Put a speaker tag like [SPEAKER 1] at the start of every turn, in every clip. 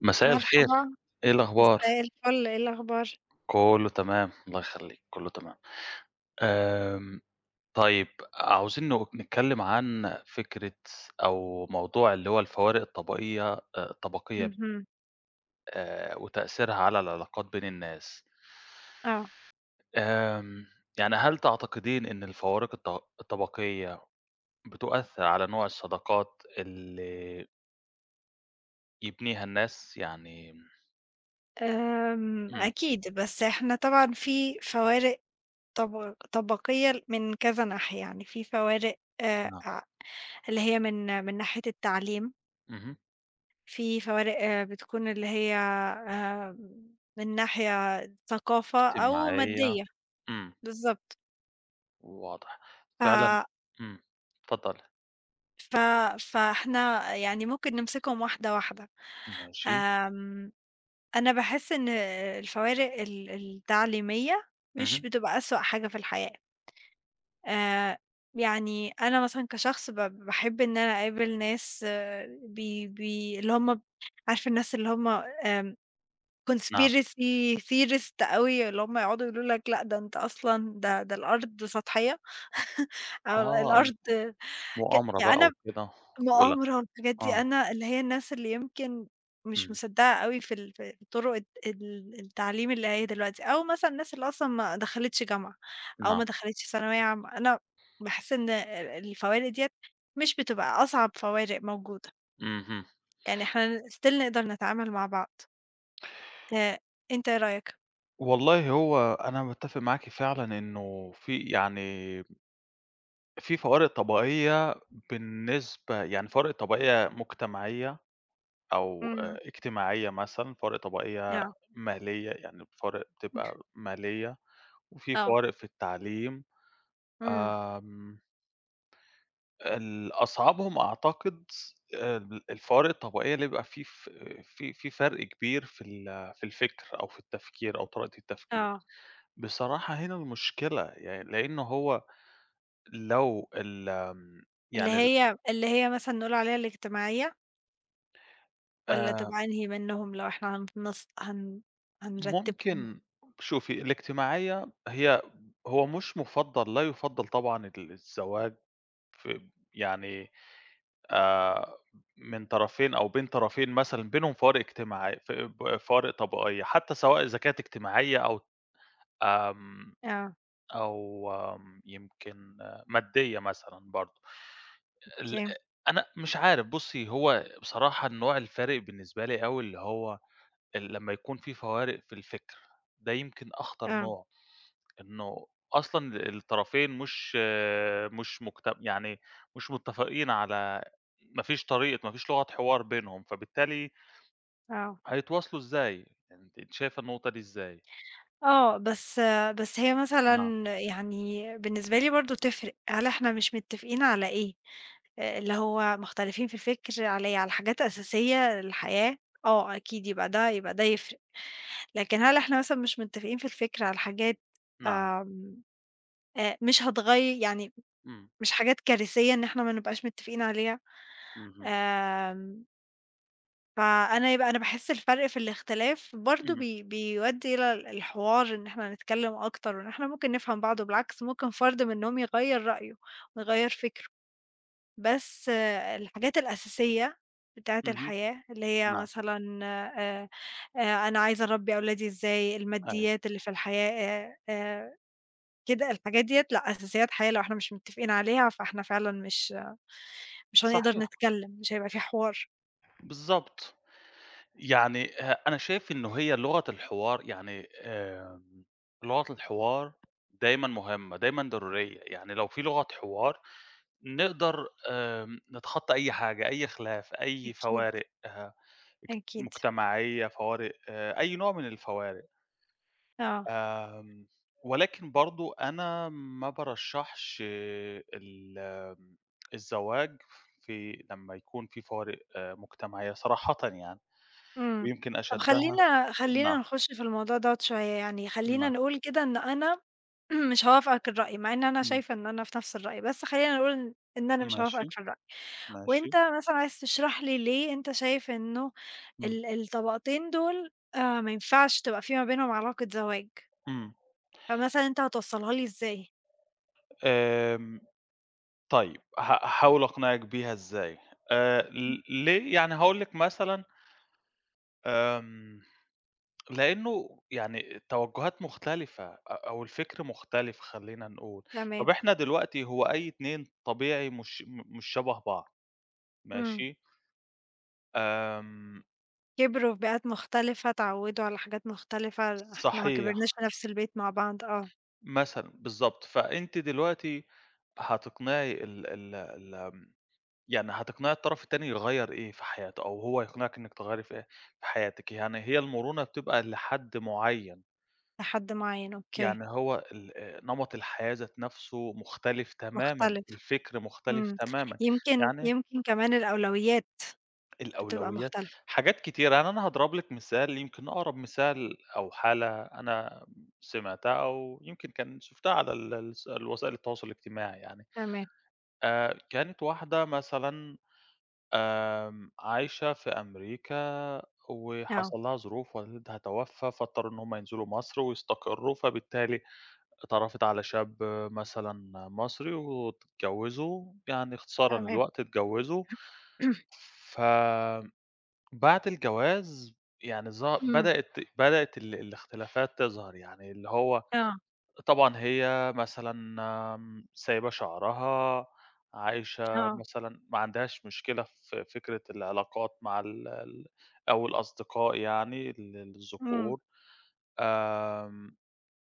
[SPEAKER 1] مساء الخير،
[SPEAKER 2] مرحبا،
[SPEAKER 1] إيه الأخبار؟
[SPEAKER 2] مساء الفل، إيه الأخبار؟
[SPEAKER 1] كله تمام، الله يخلّيك، كله تمام. آمم، طيب عاوزين نتكلم عن فكرة أو موضوع اللي هو الفوارق الطبقية آآ الطبقية
[SPEAKER 2] اهم،
[SPEAKER 1] آآ وتأثيرها على العلاقات بين الناس.
[SPEAKER 2] آه،
[SPEAKER 1] آمم، يعني هل تعتقدين إن الفوارق الطبقية بتؤثّر على نوع الصداقات اللي يبنيها الناس؟ يعني
[SPEAKER 2] آمم،
[SPEAKER 1] إمم،
[SPEAKER 2] أكيد، بس إحنا طبعًا في فوارق طبقية من كذا ناحية، يعني في فوارق
[SPEAKER 1] نعم،
[SPEAKER 2] اللي هي من ناحية التعليم،
[SPEAKER 1] اهم،
[SPEAKER 2] في فوارق بتكون اللي هي من ناحية ثقافة أو
[SPEAKER 1] اجتماعية،
[SPEAKER 2] مادية.
[SPEAKER 1] إمم.
[SPEAKER 2] بالضبط.
[SPEAKER 1] واضح.
[SPEAKER 2] ف
[SPEAKER 1] فعلًا. إمم. اتفضّلي.
[SPEAKER 2] ف فإحنا يعني ممكن نمسكهم واحدة واحدة.
[SPEAKER 1] ماشي.
[SPEAKER 2] آمم أنا باحس إن الفوارق التعليمية مش
[SPEAKER 1] اهم.
[SPEAKER 2] بتبقى أسوأ حاجة في الحياة. آآ يعني أنا مثلًا كشخص باحب إن أنا أقابل ناس، بي بي اللي هم عارف. الناس اللي هم
[SPEAKER 1] نعم.
[SPEAKER 2] conspiracy theorist أوي، اللي هم يقعدوا يقولوا لك لأ ده أنت أصلًا ده ده الأرض سطحية. أو
[SPEAKER 1] آه.
[SPEAKER 2] الأرض
[SPEAKER 1] مؤامرة
[SPEAKER 2] يعني
[SPEAKER 1] بقى
[SPEAKER 2] أنا
[SPEAKER 1] وكده والّا.
[SPEAKER 2] مؤامرة والحاجات دي،
[SPEAKER 1] آه.
[SPEAKER 2] أنا اللي هي الناس اللي يمكن مش
[SPEAKER 1] إمم.
[SPEAKER 2] مصدّقة أوي في طرق التعليم اللي هي دلوقتي، أو مثلًا الناس اللي أصلًا ما دخلتش جامعة، أو
[SPEAKER 1] نعم.
[SPEAKER 2] ما دخلتش ثانوية عامة، أنا باحس إن الفوارق ديّة مش بتبقى أصعب فوارق موجودة.
[SPEAKER 1] اهم.
[SPEAKER 2] يعني إحنا still نقدر نتعامل مع بعض. آآ، أنت إيه رأيك؟
[SPEAKER 1] والله هو أنا متّفق معاكِ فعلًا إنه في فوارق طبقية، بالنسبة يعني فوارق طبقية مجتمعية أو
[SPEAKER 2] إمم،
[SPEAKER 1] اجتماعية مثلًا، فوارق طبقية
[SPEAKER 2] آه،
[SPEAKER 1] مالية، يعني فوارق بتبقى مالية، وفي
[SPEAKER 2] آه،
[SPEAKER 1] فوارق في التعليم.
[SPEAKER 2] إمم،
[SPEAKER 1] آمم ال أصعبهم أعتقد الفوارق الطبقية اللي بيبقى في فرق كبير في الفكر أو في التفكير أو طريقة التفكير.
[SPEAKER 2] آه.
[SPEAKER 1] بصراحة هنا المشكلة يعني لإن هو لو ال
[SPEAKER 2] اللي
[SPEAKER 1] يعني ال
[SPEAKER 2] هي اللي هي مثلًا نقول عليها الاجتماعية، والّا
[SPEAKER 1] آآ،
[SPEAKER 2] تبقى أنهي منهم لو إحنا هننص هن هنرتبهم؟
[SPEAKER 1] ممكن شوفي. الاجتماعية هي هو مش مُفضّل، لا يُفضّل طبعًا ال الزواج في يعني آآ من طرفين أو بين طرفين مثلًا بينهم فوارق اجتماعي ف ب فوارق طبقية، حتى سواء إذا كانت اجتماعية أو آمم
[SPEAKER 2] آه،
[SPEAKER 1] أو آمم يمكن آه، مادية مثلًا برضه. ال
[SPEAKER 2] أوكي،
[SPEAKER 1] أنا مش عارف بُصّي، هو بصراحة النوع الفارق بالنسبة لي أوي اللي هو ال لمّا يكون في فوارق في الفكر، ده يمكن أخطر
[SPEAKER 2] آه،
[SPEAKER 1] نوع. إنه أصلًا الطرفين مش مش مجت يعني مش متفقين على ما فيش طريقة، ما فيش لغة حوار بينهم، فبالتالي
[SPEAKER 2] آه،
[SPEAKER 1] هيتواصلوا إزاي؟ يعني أنتِ شايفة النقطة دي إزاي؟
[SPEAKER 2] آه. بس هي مثلًا
[SPEAKER 1] نعم،
[SPEAKER 2] يعني بالنسبة لي برضه تفرق، هل إحنا مش متفقين على إيه؟ اللي هو مختلفين في الفكر على إيه، على حاجات أساسية للحياة. آه، أكيد، يبقى ده يفرق، لكن هل إحنا مثلًا مش متفقين في الفكر على حاجات،
[SPEAKER 1] نعم،
[SPEAKER 2] آمم، مش هتغي يعني
[SPEAKER 1] إمم،
[SPEAKER 2] مش حاجات كارثية إن إحنا ما نبقاش متفقين عليها؟
[SPEAKER 1] اهم،
[SPEAKER 2] آمم فأنا يبقى أنا باحس الفرق في الاختلاف برضه
[SPEAKER 1] إمم،
[SPEAKER 2] بيودّي إلى الحوار، إن إحنا نتكلّم أكتر، وإن إحنا ممكن نفهم بعض، وبالعكس ممكن فرد منّهم يغيّر رأيه ويغيّر فكره. بس الحاجات الأساسية بتاعة
[SPEAKER 1] اهم،
[SPEAKER 2] الحياة اللي هي
[SPEAKER 1] نعم،
[SPEAKER 2] مثلًا، آآ، أنا عايزة أربّي أولادي إزاي،
[SPEAKER 1] أيوه،
[SPEAKER 2] الماديات اللي في الحياة، آآ، آآ، كده الحاجات ديّة لأ، أساسيات حياة لو إحنا مش متّفقين عليها فإحنا فعلًا مش هنقدر
[SPEAKER 1] صحيح،
[SPEAKER 2] نتكلّم، مش هيبقى في حوار.
[SPEAKER 1] بالضبط، يعني ه أنا شايف إنه هي لغة الحوار يعني، لغة الحوار دايمًا مهمة، دايمًا ضرورية، يعني لو في لغة حوار نقدر نتخطى أي حاجة، أي خلاف، أي
[SPEAKER 2] أكيد،
[SPEAKER 1] فوارق اجت
[SPEAKER 2] أكيد،
[SPEAKER 1] مجتمعية، فوارق أي نوع من الفوارق.
[SPEAKER 2] آه.
[SPEAKER 1] آمم، ولكن برضه أنا ما بارشحش ال الزواج في لمّا يكون في فوارق مجتمعية صراحةً يعني،
[SPEAKER 2] إمم.
[SPEAKER 1] ويمكن
[SPEAKER 2] طب،
[SPEAKER 1] أشدها.
[SPEAKER 2] خلّينا خلّينا
[SPEAKER 1] نعم،
[SPEAKER 2] نخُش في الموضوع دوّة شوية، يعني خلّينا
[SPEAKER 1] نعم،
[SPEAKER 2] نقول كده إن أنا مش هاوافقك الرأي، مع إن أنا
[SPEAKER 1] إمم،
[SPEAKER 2] شايفة إن أنا في نفس الرأي، بس خلّينا نقول إن أنا مش
[SPEAKER 1] ماشي،
[SPEAKER 2] هاوافقك في الرأي،
[SPEAKER 1] ماشي،
[SPEAKER 2] وأنت مثلًا عايز تشرح لي ليه أنت شايف إنه
[SPEAKER 1] إمم،
[SPEAKER 2] الطبقتين دول ما ينفعش تبقى في ما بينهم علاقة زواج،
[SPEAKER 1] إمم.
[SPEAKER 2] فمثلًا أنت هتوصّلها لي إزاي؟
[SPEAKER 1] آمم طيب، ها هاحاول أقنعِك بيها إزاي. ل ليه؟ يعني هاقول لِك مثلًا، آمم، لإنه يعني التوجهات مختلفة أو الفكر مختلف، خلّينا نقول.
[SPEAKER 2] تمام،
[SPEAKER 1] طَب إحنا دلوقتي هو أي 2 طبيعي مش شبه بعض.
[SPEAKER 2] إمم.
[SPEAKER 1] ماشي، آمم،
[SPEAKER 2] كبروا في بيئات مختلفة، اتعوّدوا على حاجات مختلفة، إحنا ما كبرناش
[SPEAKER 1] صحيح،
[SPEAKER 2] في نفس البيت مع بعض. آه.
[SPEAKER 1] مثلًا بالضبط. فأنتِ دلوقتي هتقنعي ال ال ال يعني هتقنعي الطرف التاني يغيّر إيه في حياته، أو هو يقنعِك إنِّك تغيّري في إيه في حياتِك. يعني هي المرونة بتبقى لحد معيّن.
[SPEAKER 2] لحد معيّن. أوكي،
[SPEAKER 1] يعني هو ال نمط الحياة ذات نَفْسه مختلف تمامًا،
[SPEAKER 2] مختلف.
[SPEAKER 1] الفكر مختلف
[SPEAKER 2] إمم.
[SPEAKER 1] تمامًا،
[SPEAKER 2] يمكن
[SPEAKER 1] يعني
[SPEAKER 2] يمكن كمان الأولويات بتبقى
[SPEAKER 1] الأولويات.
[SPEAKER 2] مختلفة.
[SPEAKER 1] حاجات كتيرة، يعني أنا هاضرب لِك مثال، يمكن أقرب مثال أو حالة أنا سمعتها أو يمكن كان شُفتها على ال الس الوسائل التواصل الاجتماعي يعني.
[SPEAKER 2] تمام،
[SPEAKER 1] كانت واحدة مثلًا عايشة في أمريكا
[SPEAKER 2] آه،
[SPEAKER 1] وحصل لها ظروف، والدها توفى، فاضطروا إن هم ينزلوا مصر ويستقروا، فبالتالي اتعرفت على شاب مثلًا مصري واتجوّزوا، يعني اختصارًا
[SPEAKER 2] تمام.
[SPEAKER 1] للوقت اتجوّزوا. فبعد الجواز يعني ظه
[SPEAKER 2] إمم،
[SPEAKER 1] بدأت بدأت ال الاختلافات تظهر. يعني اللي هو
[SPEAKER 2] آه،
[SPEAKER 1] طبعًا هي مثلًا سايبة شعرها، عايشة
[SPEAKER 2] آه،
[SPEAKER 1] مثلًا، ما عندهاش مشكلة في فكرة العلاقات مع ال ال أو الأصدقاء يعني ال
[SPEAKER 2] إمم،
[SPEAKER 1] الذكور، آمم،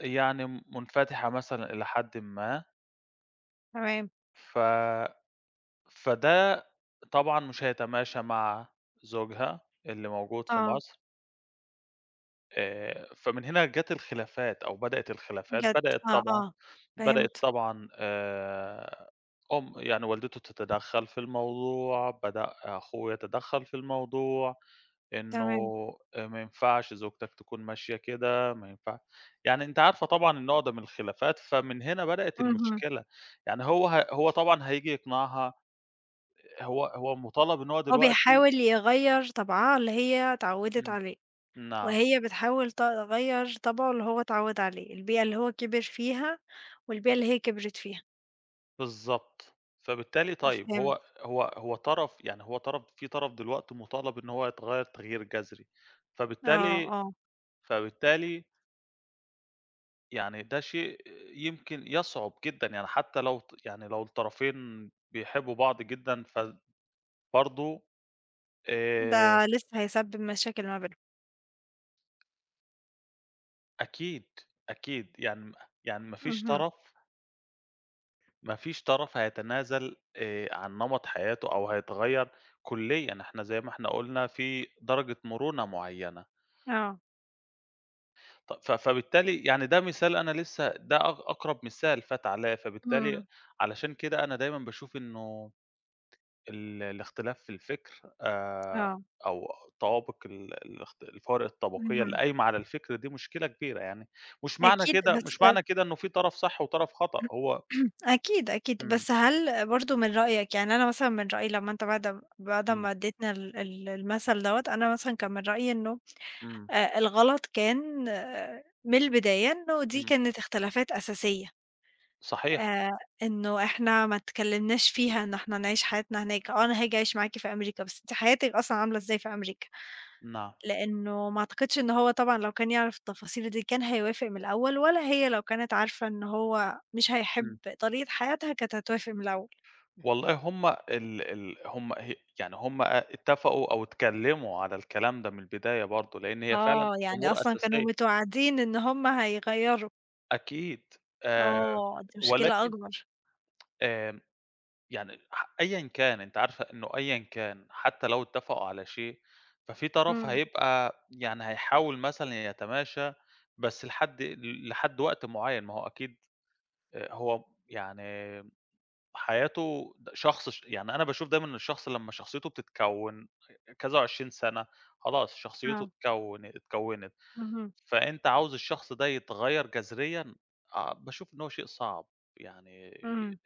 [SPEAKER 1] يعني منفتحة مثلًا إلى حدٍ ما.
[SPEAKER 2] تمام،
[SPEAKER 1] ف فده طبعًا مش هيتماشى مع زوجها اللي موجود في
[SPEAKER 2] آه،
[SPEAKER 1] مصر. فمن هنا جات الخلافات أو بدأت الخلافات.
[SPEAKER 2] جد،
[SPEAKER 1] بدأت
[SPEAKER 2] آه،
[SPEAKER 1] طبعًا
[SPEAKER 2] آه،
[SPEAKER 1] بدأت
[SPEAKER 2] فهمت،
[SPEAKER 1] طبعًا آآ أم يعني والدته تتدخّل في الموضوع، بدأ أخويا يتدخّل في الموضوع، إنه
[SPEAKER 2] تمام،
[SPEAKER 1] ما ينفعش زوجتك تكون ماشية كده، ما ينفع. يعني أنتِ عارفة طبعًا النوع ده من الخلافات. فمن هنا بدأت
[SPEAKER 2] اهم.
[SPEAKER 1] المشكلة. يعني هو طبعًا هييجي يقنعها. هو مطالب إن هو
[SPEAKER 2] هو
[SPEAKER 1] دلوقتي.
[SPEAKER 2] بيحاول يغيّر طبعها اللي هي اتعوّدت
[SPEAKER 1] إمم،
[SPEAKER 2] عليه،
[SPEAKER 1] نعم.
[SPEAKER 2] وهي بتحاول تغيّر طبعه اللي هو اتعوّد عليه، البيئة اللي هو كِبِر فيها والبيئة اللي هي كِبرِت فيها.
[SPEAKER 1] بالضبط. فبالتالي
[SPEAKER 2] أنا
[SPEAKER 1] طيب
[SPEAKER 2] فهمت.
[SPEAKER 1] هو طرف دلوقتي مُطالب إن هو يتغيّر تغيير جذري،
[SPEAKER 2] آه،
[SPEAKER 1] فبالتالي
[SPEAKER 2] آه.
[SPEAKER 1] فبالتالي يعني ده شيء يمكن يصعب جدًا، يعني حتّى لو ت يعني لو الطرفين بيحبّوا بعض جدًا فبرضه
[SPEAKER 2] ده
[SPEAKER 1] آآ
[SPEAKER 2] لسه هيسبب مشاكل ما بينهم.
[SPEAKER 1] أكيد. أكيد يعني يعني ما فيش
[SPEAKER 2] اهم،
[SPEAKER 1] طرف، ما فيش طرف هيتنازل عن نمط حياته أو هيتغيّر كُلّيًا، إحنا زي ما إحنا قُلنا في درجة مرونة معيّنة.
[SPEAKER 2] آه،
[SPEAKER 1] ط ف فبالتالي يعني ده مثال، أنا لسه ده أق أقرب مثال فات عليّا. فبالتالي
[SPEAKER 2] إمم،
[SPEAKER 1] علشان كده أنا دايمًا باشوف إنه الاختلاف في الفكر
[SPEAKER 2] آه،
[SPEAKER 1] أو طوابق ال الاخت الفوارق الطبقية اللي
[SPEAKER 2] اهم.
[SPEAKER 1] قايمة على الفكر دي مشكلة كبيرة. يعني مش معنى
[SPEAKER 2] أكيد
[SPEAKER 1] كده
[SPEAKER 2] بس
[SPEAKER 1] مش معنى كده إنه في طرف صح وطرف خطأ، هو.
[SPEAKER 2] أكيد، أكيد.
[SPEAKER 1] إمم،
[SPEAKER 2] بس هل برضه من رأيك يعني أنا مثلًا من رأيي لمّا أنت بعد
[SPEAKER 1] إمم،
[SPEAKER 2] ما ادّيتنا ال ال المثل دوّة، أنا مثلًا كان من رأيي إنه
[SPEAKER 1] إمم،
[SPEAKER 2] الغلط كان من البداية، إنه دي
[SPEAKER 1] إمم،
[SPEAKER 2] كانت اختلافات أساسية،
[SPEAKER 1] صحيح،
[SPEAKER 2] آآ إنه إحنا ما اتكلمناش فيها، إن إحنا نعيش حياتنا هناك. أنا هاجي أعيش معاكِ في أمريكا، بس أنتِ حياتِك أصلًا عاملة إزاي في أمريكا؟
[SPEAKER 1] نعم،
[SPEAKER 2] لإنه ما أعتقدش إن هو طبعًا لو كان يعرف التفاصيل دي كان هيوافق من الأول، ولا هي لو كانت عارفة إن هو مش هيحب
[SPEAKER 1] إمم.
[SPEAKER 2] طريقة حياتها كانت هتوافق من الأول.
[SPEAKER 1] والله هم ال ال هم ه يعني هم أ اتفقوا أو اتكلّموا على الكلام ده من البداية برضه، لإن هي فعلًا
[SPEAKER 2] آه، يعني
[SPEAKER 1] أمور
[SPEAKER 2] أصلًا كانوا
[SPEAKER 1] أساسية.
[SPEAKER 2] متوعدين إن هم هيغيّروا.
[SPEAKER 1] أكيد. آآ
[SPEAKER 2] آه، دي مشكلة
[SPEAKER 1] ولكن،
[SPEAKER 2] أكبر.
[SPEAKER 1] آمم يعني أيًا كان، أنتِ عارفة إنه أيًا كان، حتى لو اتفقوا على شيء، ففي طرف
[SPEAKER 2] إمم،
[SPEAKER 1] هيبقى يعني هيحاول مثلًا يتماشى، بس لحد وقت معيّن. ما هو أكيد هو يعني حياته د شخص ش يعني أنا باشوف دايمًا إن الشخص لمّا شخصيته بتتكوّن كذا و20 سَنة، خلاص شخصيته
[SPEAKER 2] آه،
[SPEAKER 1] اتكوّنت.
[SPEAKER 2] اهم،
[SPEAKER 1] فأنت عاوز الشخص ده يتغيّر جذريًا. آه، باشوف إن هو شيء صعب، يعني
[SPEAKER 2] إمم،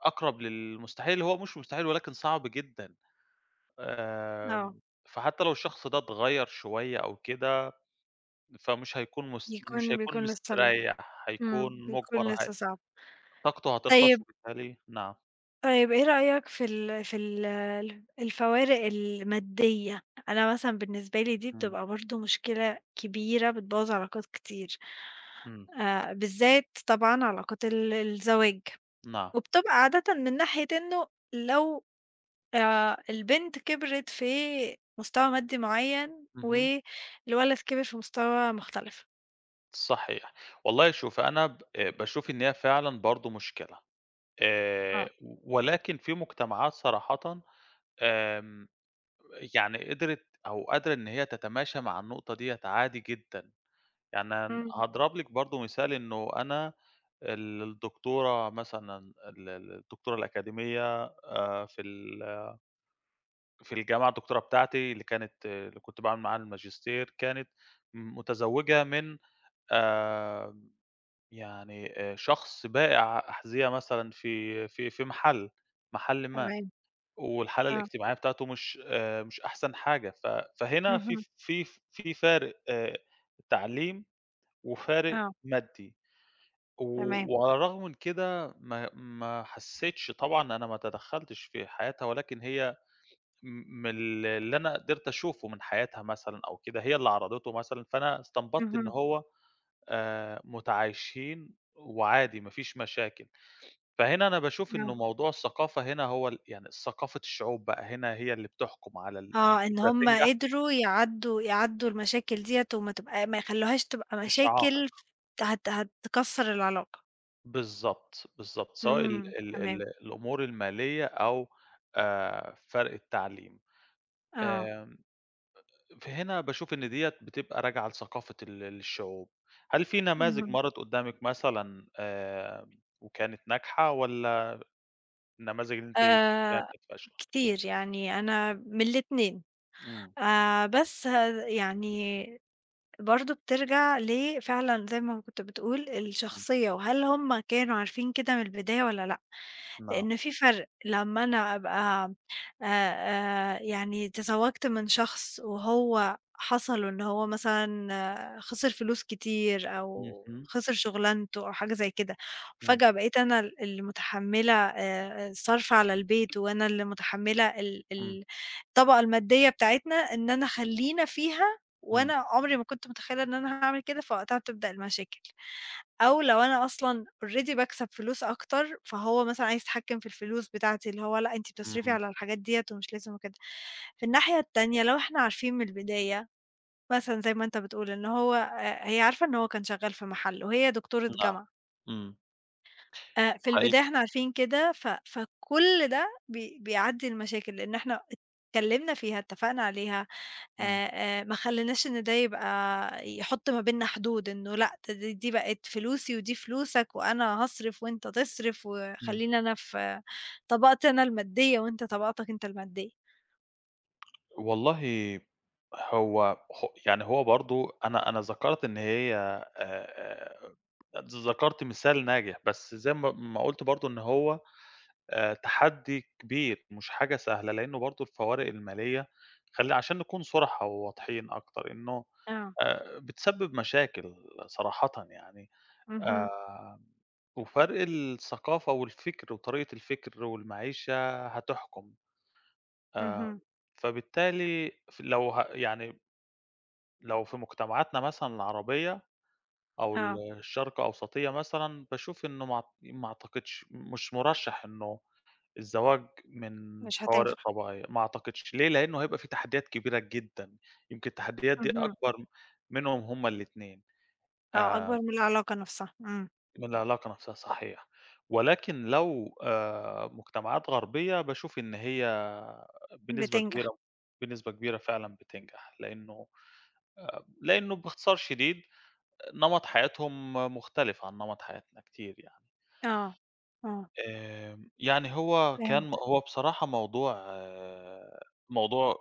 [SPEAKER 1] أقرب للمستحيل، هو مش مستحيل ولكن صعب جدًا.
[SPEAKER 2] آه.
[SPEAKER 1] آمم، فحتى لو الشخص ده اتغيّر شوية أو كده، فمش هيكون مش
[SPEAKER 2] بيكون
[SPEAKER 1] هيكون
[SPEAKER 2] بيكون لسه ال
[SPEAKER 1] مستريّح، هيكون
[SPEAKER 2] بيكون
[SPEAKER 1] مُجبر. هي
[SPEAKER 2] لسه صعب.
[SPEAKER 1] طاقته هتخلص
[SPEAKER 2] طيب.
[SPEAKER 1] وبالتالي، نعم.
[SPEAKER 2] طيب إيه رأيك في ال في ال الفوارق المادية؟ أنا مثلًا بالنسبة لي دي
[SPEAKER 1] إمم،
[SPEAKER 2] بتبقى برضه مشكلة كبيرة بتبوظ علاقات كتير،
[SPEAKER 1] إمم،
[SPEAKER 2] بالذات طبعًا علاقات الزواج،
[SPEAKER 1] نعم،
[SPEAKER 2] وبتبقى عادةً من ناحية إنه لو البنت كبرت في مستوى مادي معين
[SPEAKER 1] اهم.
[SPEAKER 2] والولد كبر في مستوى مختلف.
[SPEAKER 1] صحيح. والله شوفي، أنا ب باشوف إن هي فعلًا برضه مشكلة،
[SPEAKER 2] آه.
[SPEAKER 1] ولكن في مجتمعات صراحةً آمم يعني قدرت أو قادرة إن هي تتماشى مع النقطة ديّة عادي جدًا. يعني أن
[SPEAKER 2] إمم،
[SPEAKER 1] هاضرب لِك برضه مثال إنه أنا ال الدكتورة مثلًا ال ال الدكتورة الأكاديمية في ال في الجامعة، الدكتورة بتاعتي اللي كنت باعمل معاها الماجستير، كانت متزوجة من آآ يعني شخص بائع أحذية مثلًا في محل، محل ما.
[SPEAKER 2] تمام،
[SPEAKER 1] والحالة
[SPEAKER 2] آه،
[SPEAKER 1] الاجتماعية بتاعته مش أحسن حاجة. فهنا
[SPEAKER 2] اهم،
[SPEAKER 1] في فارق تعليم وفارق
[SPEAKER 2] آه،
[SPEAKER 1] مادي. و
[SPEAKER 2] تمام،
[SPEAKER 1] وعلى الرغم من كده ما حسيتش طبعًا، أنا ما تدخّلتش في حياتها، ولكن هي م من ال، اللي أنا قدرت أشوفه من حياتها مثلًا أو كده، هي اللي عرضته مثلًا، فأنا استنبطت إن
[SPEAKER 2] اهم،
[SPEAKER 1] هو متعايشين وعادي ما فيش مشاكل. فهنا أنا باشوف إنه
[SPEAKER 2] آه.
[SPEAKER 1] موضوع الثقافة هنا هو ال، يعني ثقافة الشعوب بقى هنا هي اللي بتحكم على ال، إن
[SPEAKER 2] آه، إن
[SPEAKER 1] الفكرة
[SPEAKER 2] هُم
[SPEAKER 1] تنجح،
[SPEAKER 2] قدروا يعدّوا المشاكل ديّة وما تبقى، ما يخلّوهاش تبقى
[SPEAKER 1] مش
[SPEAKER 2] مشاكل
[SPEAKER 1] عائق.
[SPEAKER 2] ت هت هتكسّر العلاقة.
[SPEAKER 1] بالضبط، بالضبط، سواء ال
[SPEAKER 2] إمم،
[SPEAKER 1] ال ال
[SPEAKER 2] تمام،
[SPEAKER 1] الأمور المالية أو فرق التعليم.
[SPEAKER 2] آه،
[SPEAKER 1] آمم، فهنا باشوف إن ديّة بتبقى راجعة لثقافة ال الشعوب. هل في نماذج
[SPEAKER 2] اهم.
[SPEAKER 1] مرّت قدّامِك مثلًا وكانت ناجحة والّا النماذج اللي أنتِ فيها
[SPEAKER 2] آآ،
[SPEAKER 1] كانت فاشلة؟
[SPEAKER 2] كتير يعني أنا من الاتنين.
[SPEAKER 1] إمم،
[SPEAKER 2] بس يعني برضه بترجع فعلًا زي ما كنت بتقول
[SPEAKER 1] إمم،
[SPEAKER 2] الشخصية، وهل هُم كانوا عارفين كده من البداية والّا لأ؟
[SPEAKER 1] نعم.
[SPEAKER 2] لإن في فرق، لمّا أنا أبقى آآ يعني تزوّجت من شخص وهو حصل إن هو مثلًا خسر فلوس كتير أو
[SPEAKER 1] اهم،
[SPEAKER 2] خسر شُغلانته أو حاجة زي كده،
[SPEAKER 1] إمم،
[SPEAKER 2] وفجأة بقيت أنا اللي متحمّلة الصرف على البيت، وأنا اللي متحمّلة ال
[SPEAKER 1] إمم،
[SPEAKER 2] ال الطبقة المادية بتاعتنا، إن أنا خلّينا فيها،
[SPEAKER 1] إمم،
[SPEAKER 2] وأنا عمري ما كنت متخيلة إن أنا هاعمل كده، فوقتها بتبدأ المشاكل. أو لو أنا أصلًا already باكسب فلوس أكتر، فهو مثلًا عايز يتحكم في الفلوس بتاعتي، اللي هو لأ أنتِ بتصرفي
[SPEAKER 1] إمم.
[SPEAKER 2] على الحاجات ديّة ومش لازم وكده. في الناحية التانية لو إحنا عارفين من البداية، مثلًا زي ما أنت بتقول إن هو هي عارفة إن هو كان شغال في محل وهي دكتورة
[SPEAKER 1] نعم،
[SPEAKER 2] جامعة.
[SPEAKER 1] إمم،
[SPEAKER 2] في
[SPEAKER 1] حقيقي،
[SPEAKER 2] البداية إحنا عارفين كده، فكل ده بيعدّي المشاكل، لإن إحنا اتكلّمنا فيها، اتفقنا عليها،
[SPEAKER 1] إمم،
[SPEAKER 2] آآ ما خلّيناش إن ده يبقى يحُط ما بيننا حدود، إنه لأ د د دي بقت فلوسي ودي فلوسك وأنا هاصرف وأنت تصرف،
[SPEAKER 1] إمم.
[SPEAKER 2] وخلّيني أنا في طبقتي أنا المادية وأنت طبقتك أنت المادية.
[SPEAKER 1] والله هو ه يعني هو برضه، أنا ذكرت إن هي آآ، ذكرت مثال ناجح، بس زي ما قُلت برضه إن هو تحدي كبير مش حاجة سهلة، لأنه برضه الفوارق المالية، خلّي عشان نكون صُرحا وواضحين أكتر إنه
[SPEAKER 2] آه،
[SPEAKER 1] بتسبب مشاكل صراحةً يعني. آآ،
[SPEAKER 2] اهم،
[SPEAKER 1] وفرق الثقافة والفكر وطريقة الفكر والمعيشة هتحكم. آآ،
[SPEAKER 2] اهم،
[SPEAKER 1] فبالتالي لو يعني لو في مجتمعاتنا مثلًا العربية أو ال
[SPEAKER 2] آه،
[SPEAKER 1] الشرق أوسطية مثلًا، باشوف إنه ما أعتقدش، مش مُرَشَّح إنه الزواج من
[SPEAKER 2] مش
[SPEAKER 1] طوارئ
[SPEAKER 2] هتنفع،
[SPEAKER 1] طبيعية، ما أعتقدش. ليه؟ لإنه هيبقى في تحديات كبيرة جدًا، يمكن التحديات دي
[SPEAKER 2] اهم،
[SPEAKER 1] أكبر منهم هُم الاتنين.
[SPEAKER 2] آه،
[SPEAKER 1] آآ
[SPEAKER 2] أكبر من العلاقة نَفْسها، إمم،
[SPEAKER 1] من العلاقة نفسها، صحيح. ولكن لو مجتمعات غربية باشوف إن هي بنسبة
[SPEAKER 2] بتنجح،
[SPEAKER 1] كبيرة، بنسبة كبيرة فعلًا بتنجح. لإنه لإنه باختصار شديد، نمط حياتهم مختلف عن نمط حياتنا كتير يعني.
[SPEAKER 2] آه، آه،
[SPEAKER 1] يعني هو كان
[SPEAKER 2] فهمت،
[SPEAKER 1] هو بصراحة موضوع آه، موضوع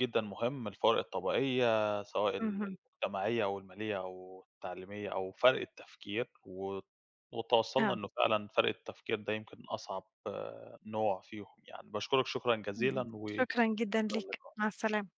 [SPEAKER 1] جدًا مهم. الفوارق الطبقية سواء ال
[SPEAKER 2] اهم،
[SPEAKER 1] المجتمعية أو المالية أو التعليمية أو فرق التفكير، وتوصّلنا
[SPEAKER 2] آه.
[SPEAKER 1] إنه فعلًا فرق التفكير ده يمكن أصعب آه، نوع فيهم يعني. باشكرك شكرًا
[SPEAKER 2] اهم.
[SPEAKER 1] جزيلًا وإلى
[SPEAKER 2] شكرًا جدًا ليك، مع
[SPEAKER 1] اللقاء.
[SPEAKER 2] السلامة.